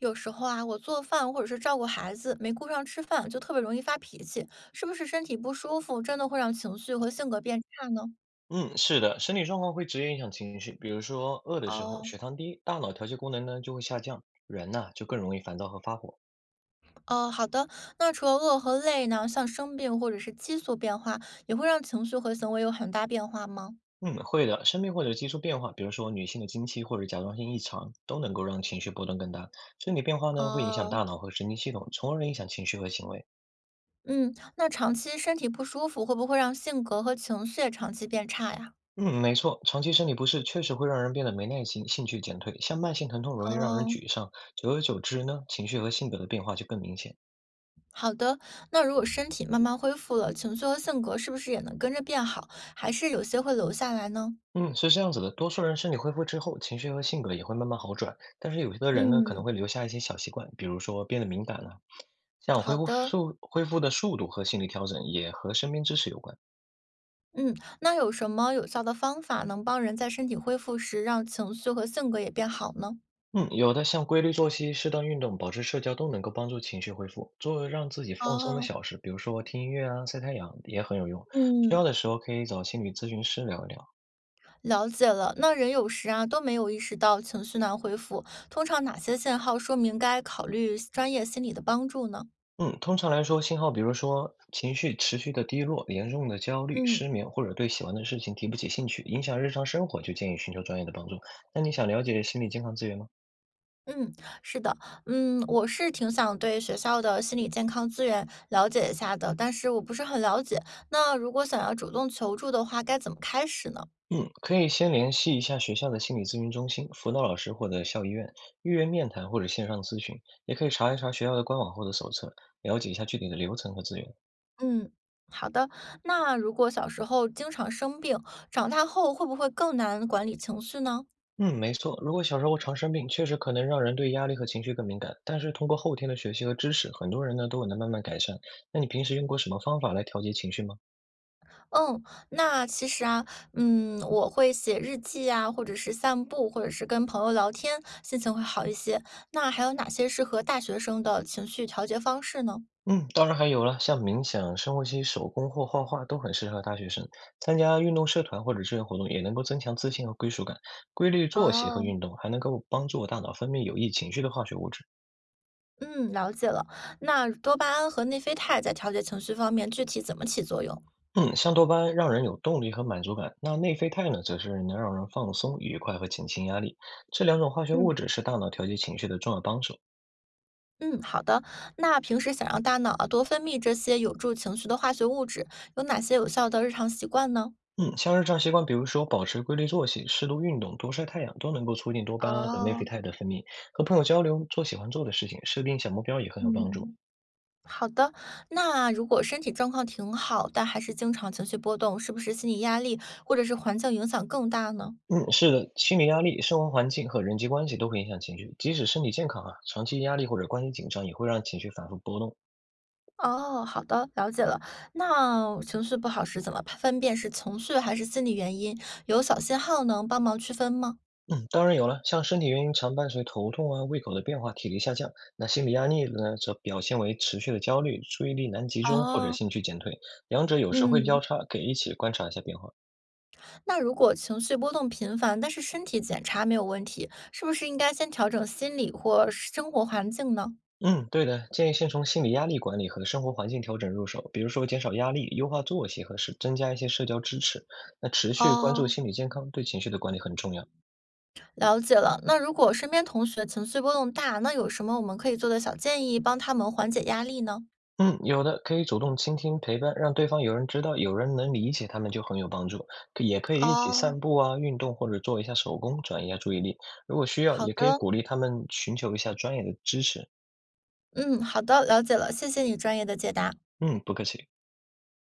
有时候啊，我做饭或者是照顾孩子，没顾上吃饭，就特别容易发脾气，是不是身体不舒服，真的会让情绪和性格变差呢？嗯，是的，身体状况会直接影响情绪。比如说，饿的时候哦血糖低，大脑调节功能呢就会下降，人呐、就更容易烦躁和发火。哦，好的。那除了饿和累呢，像生病或者是激素变化，也会让情绪和行为有很大变化吗？嗯，会的，生病或者激素变化，比如说女性的经期或者甲状腺异常，都能够让情绪波动更大。身体变化呢会影响哦，大脑和神经系统，从而影响情绪和行为。嗯，那长期身体不舒服，会不会让性格和情绪也长期变差呀？嗯，没错，长期身体不适确实会让人变得没耐心、兴趣减退，像慢性疼痛容易让人哦，沮丧，久而久之呢，情绪和性格的变化就更明显。好的。那如果身体慢慢恢复了，情绪和性格是不是也能跟着变好，还是有些会留下来呢？嗯，是这样子的，多数人身体恢复之后，情绪和性格也会慢慢好转，但是有些的人呢，可能嗯，会留下一些小习惯，比如说变得敏感了。像好恢复的，速恢复的速度和心理调整也和身边支持有关。嗯，那有什么有效的方法能帮人在身体恢复时让情绪和性格也变好呢？嗯，有的像规律作息、适当运动、保持社交都能够帮助情绪恢复。做让自己放松的哦，小事，比如说听音乐啊、晒太阳也很有用。需要嗯，的时候可以找心理咨询师聊一聊。了解了。那人有时啊都没有意识到情绪难恢复，通常哪些信号说明该考虑专业心理的帮助呢？嗯，通常来说，信号比如说情绪持续的低落、严重的焦虑、嗯失眠，或者对喜欢的事情提不起兴趣，影响日常生活，就建议寻求专业的帮助。那你想了解心理健康资源吗？嗯，是的，嗯，我是挺想对学校的心理健康资源了解一下的，但是我不是很了解。那如果想要主动求助的话，该怎么开始呢？嗯，可以先联系一下学校的心理咨询中心、辅导老师或者校医院，预约面谈或者线上咨询，也可以查一查学校的官网或者手册，了解一下具体的流程和资源。嗯，好的。那如果小时候经常生病，长大后会不会更难管理情绪呢？嗯，没错。如果小时候常生病，确实可能让人对压力和情绪更敏感。但是通过后天的学习和知识，很多人呢都有能慢慢改善。那你平时用过什么方法来调节情绪吗？嗯，那其实啊，嗯，我会写日记啊，或者是散步，或者是跟朋友聊天，心情会好一些。那还有哪些适合大学生的情绪调节方式呢？嗯，当然还有了，像冥想、深呼吸、手工或画画都很适合大学生。参加运动社团或者志愿活动也能够增强自信和归属感。规律作息和哦，运动还能够帮助大脑分泌有益情绪的化学物质。嗯，了解了。那多巴胺和内啡肽在调节情绪方面具体怎么起作用？嗯，像多巴胺让人有动力和满足感，那内啡肽呢，则是能让人放松、愉快和减轻压力。这两种化学物嗯。质是大脑调节情绪的重要帮手。嗯，好的。那平时想让大脑啊多分泌这些有助情绪的化学物质，有哪些有效的日常习惯呢？嗯，像日常习惯，比如说保持规律作息、适度运动、多晒太阳，都能够促进多巴胺和内啡哦，肽的分泌。和朋友交流、做喜欢做的事情、设定小目标也很有帮助。嗯，好的。那如果身体状况挺好，但还是经常情绪波动，是不是心理压力或者是环境影响更大呢？嗯，是的，心理压力、生活环境和人际关系都会影响情绪，即使身体健康啊，长期压力或者关系紧张也会让情绪反复波动。哦，好的，了解了。那情绪不好时怎么判分辨是情绪还是心理原因？有小信号能帮忙区分吗？嗯，当然有了，像身体原因常伴随头痛啊、胃口的变化、体力下降。那心理压力呢，则表现为持续的焦虑、注意力难集中或者哦，兴趣减退，两者有时会嗯。交叉，给一起观察一下变化。那如果情绪波动频繁，但是身体检查没有问题，是不是应该先调整心理或生活环境呢？嗯，对的，建议先从心理压力管理和生活环境调整入手，比如说减少压力、优化作息和是增加一些社交支持。那持续关注哦，心理健康，对情绪的管理很重要。了解了。那如果身边同学情绪波动大，那有什么我们可以做的小建议，帮他们缓解压力呢？嗯，有的可以主动倾听陪伴，让对方有人知道，有人能理解他们就很有帮助。可也可以一起哦，散步啊，运动或者做一下手工，转移一下注意力。如果需要，好也可以的，鼓励他们寻求一下专业的支持。嗯，好的，了解了，谢谢你专业的解答。嗯，不客气。